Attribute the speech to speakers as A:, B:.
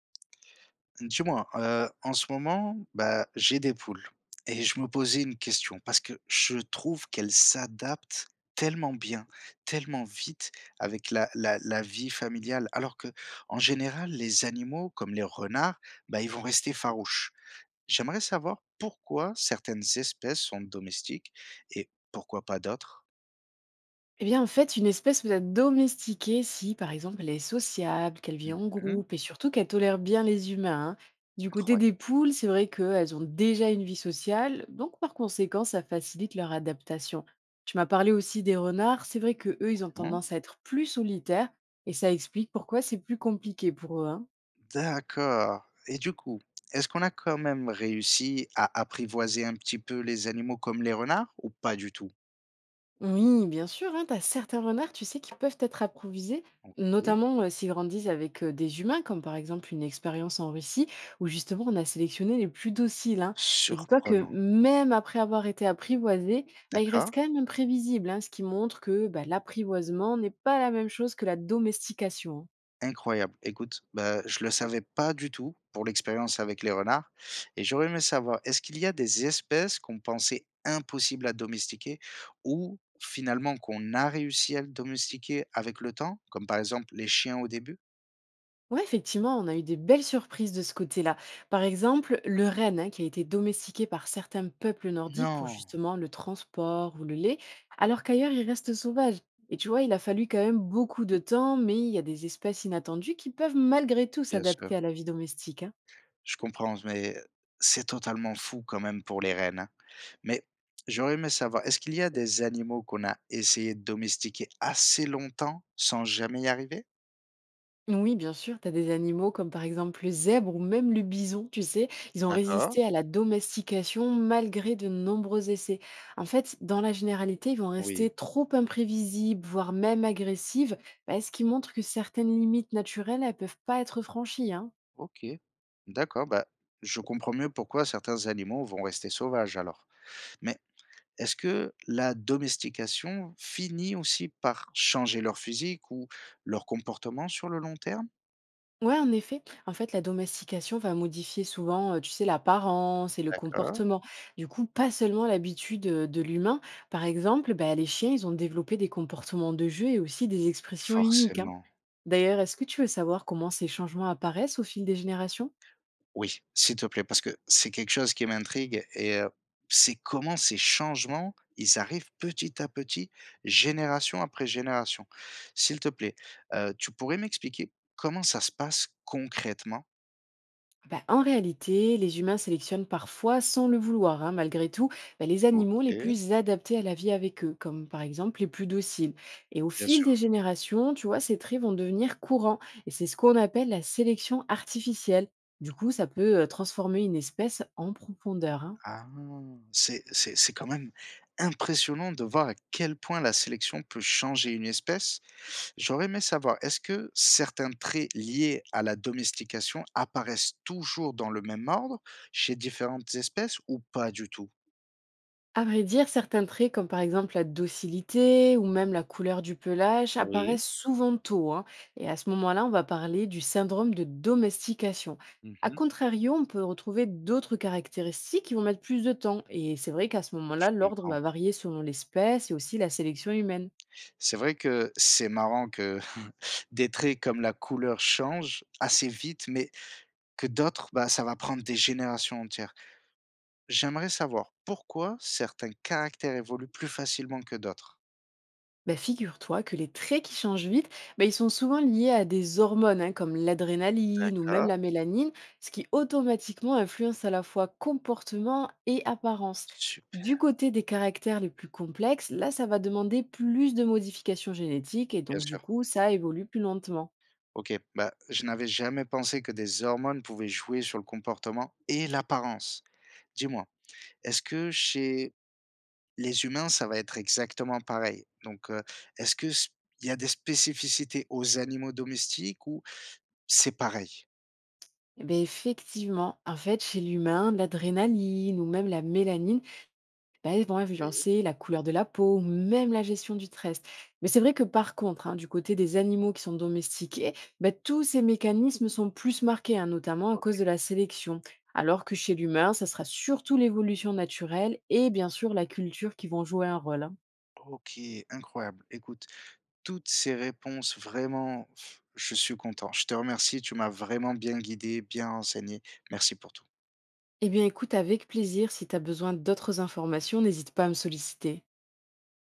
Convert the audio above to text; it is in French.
A: Dis-moi, en ce moment, bah, j'ai des poules et je me posais une question parce que je trouve qu'elles s'adaptent tellement bien, tellement vite avec la vie familiale. Alors que en général, les animaux comme les renards, bah, ils vont rester farouches. J'aimerais savoir pourquoi certaines espèces sont domestiques et pourquoi pas d'autres?
B: Eh bien, en fait, une espèce peut être domestiquée si, par exemple, elle est sociable, qu'elle vit
A: Mmh.
B: en groupe et surtout qu'elle tolère bien les humains, hein. Du côté des
A: Incroyable.
B: poules, c'est vrai qu'elles ont déjà une vie sociale, donc par conséquent, ça facilite leur adaptation. Tu m'as parlé aussi des renards, c'est vrai que eux, ils ont
A: Hein?
B: tendance à être plus solitaires et ça explique pourquoi c'est plus compliqué pour eux, hein.
A: D'accord. Et du coup, est-ce qu'on a quand même réussi à apprivoiser un petit peu les animaux comme les renards ou pas du tout?
B: Oui, bien sûr, hein, tu as certains renards, tu sais, qui peuvent être apprivoisés,
A: OK.
B: notamment s'ils grandissent avec des humains, comme par exemple une expérience en Russie, où justement on a sélectionné les plus dociles, hein. Et dis-toi que
A: Surprenant.
B: même après avoir été apprivoisés, bah, ils restent
A: D'accord,
B: quand même imprévisibles, hein, ce qui montre que bah, l'apprivoisement n'est pas la même chose que la domestication, hein.
A: incroyable. Écoute, bah, je le savais pas du tout pour l'expérience avec les renards et j'aurais aimé savoir, est-ce qu'il y a des espèces qu'on pensait impossibles à domestiquer ou finalement qu'on a réussi à le domestiquer avec le temps, comme par exemple les chiens au début?
B: Ouais, effectivement, on a eu des belles surprises de ce côté-là. Par exemple, le renne, hein, qui a été domestiqué par certains peuples nordiques pour
A: Non,
B: justement le transport ou le lait, alors qu'ailleurs, il reste sauvage. Et tu vois, il a fallu quand même beaucoup de temps, mais il y a des espèces inattendues qui peuvent malgré tout
A: bien sûr.
B: s'adapter à la vie domestique, hein.
A: Je comprends, mais c'est totalement fou quand même pour les rennes, hein. Mais j'aurais aimé savoir, est-ce qu'il y a des animaux qu'on a essayé de domestiquer assez longtemps sans jamais y arriver?
B: Oui, bien sûr, tu as des animaux comme par exemple le zèbre ou même le bison, tu sais, ils ont
A: D'accord.
B: résisté à la domestication malgré de nombreux essais. En fait, dans la généralité, ils vont rester
A: Oui,
B: trop imprévisibles, voire même agressives, bah, ce qui montre que certaines limites naturelles, elles peuvent pas être franchies, hein.
A: ok. D'accord, bah, je comprends mieux pourquoi certains animaux vont rester sauvages alors. Mais est-ce que la domestication finit aussi par changer leur physique ou leur comportement sur le long terme?
B: Ouais, en effet, en fait, la domestication va modifier souvent, tu sais, l'apparence et le
A: D'accord.
B: comportement. Du coup, pas seulement l'habitude de l'humain. Par exemple, bah, les chiens, ils ont développé des comportements de jeu et aussi des expressions uniques, hein.
A: Forcément.
B: D'ailleurs, est-ce que tu veux savoir comment ces changements apparaissent au fil des générations?
A: Oui, s'il te plaît, parce que c'est quelque chose qui m'intrigue et c'est comment ces changements, ils arrivent petit à petit, génération après génération. S'il te plaît, tu pourrais m'expliquer comment ça se passe concrètement?
B: Bah, en réalité, les humains sélectionnent parfois, sans le vouloir, hein, malgré tout, bah, les animaux les
A: OK,
B: plus adaptés à la vie avec eux, comme par exemple les plus dociles. Et au
A: bien
B: fil
A: sûr.
B: des générations, tu vois, ces traits vont devenir courants, et c'est ce qu'on appelle la sélection artificielle. Du coup, ça peut transformer une espèce en profondeur, hein.
A: Ah! C'est quand même impressionnant de voir à quel point la sélection peut changer une espèce. J'aurais aimé savoir, est-ce que certains traits liés à la domestication apparaissent toujours dans le même ordre chez différentes espèces ou pas du tout?
B: À vrai dire, certains traits, comme par exemple la docilité ou même la couleur du pelage,
A: Oui.
B: apparaissent souvent tôt, hein. Et à ce moment-là, on va parler du syndrome de domestication. A
A: Mhm.
B: contrario, on peut retrouver d'autres caractéristiques qui vont mettre plus de temps. Et c'est vrai qu'à ce
A: Je
B: moment-là, l'ordre va
A: comprends.
B: varier selon l'espèce et aussi la sélection humaine.
A: C'est vrai que c'est marrant que des traits comme la couleur changent assez vite, mais que d'autres, bah, ça va prendre des générations entières. J'aimerais savoir pourquoi certains caractères évoluent plus facilement que d'autres.
B: Bah, figure-toi que les traits qui changent vite, bah, ils sont souvent liés à des hormones, hein, comme l'adrénaline ou même
A: D'accord.
B: la mélanine, ce qui automatiquement influence à la fois comportement et apparence.
A: Super,
B: Du côté des caractères les plus complexes, là, ça va demander plus de modifications génétiques et
A: bien
B: donc du
A: sûr.
B: coup, ça évolue plus lentement.
A: OK, bah, je n'avais jamais pensé que des hormones pouvaient jouer sur le comportement et l'apparence. Dis-moi, est-ce que chez les humains, ça va être exactement pareil? Donc, est-ce que s il y a des spécificités aux animaux domestiques ou c'est pareil?
B: Eh ben, effectivement, en fait, chez l'humain, l'adrénaline ou même la mélanine, bah, ils vont
A: Oui.
B: influencer la couleur de la peau ou même la gestion du stress. Mais c'est vrai que par contre, hein, du côté des animaux qui sont domestiqués, bah, tous ces mécanismes sont plus marqués, hein, notamment à cause
A: OK.
B: de la sélection. Alors que chez l'humain, ça sera surtout l'évolution naturelle et bien sûr la culture qui vont jouer un rôle, hein.
A: OK, incroyable. Écoute, toutes ces réponses vraiment, pff, je suis content. Je te remercie, tu m'as vraiment bien guidé, bien renseigné. Merci pour tout.
B: Eh bien écoute, avec plaisir, si tu as besoin d'autres informations, n'hésite pas à me solliciter.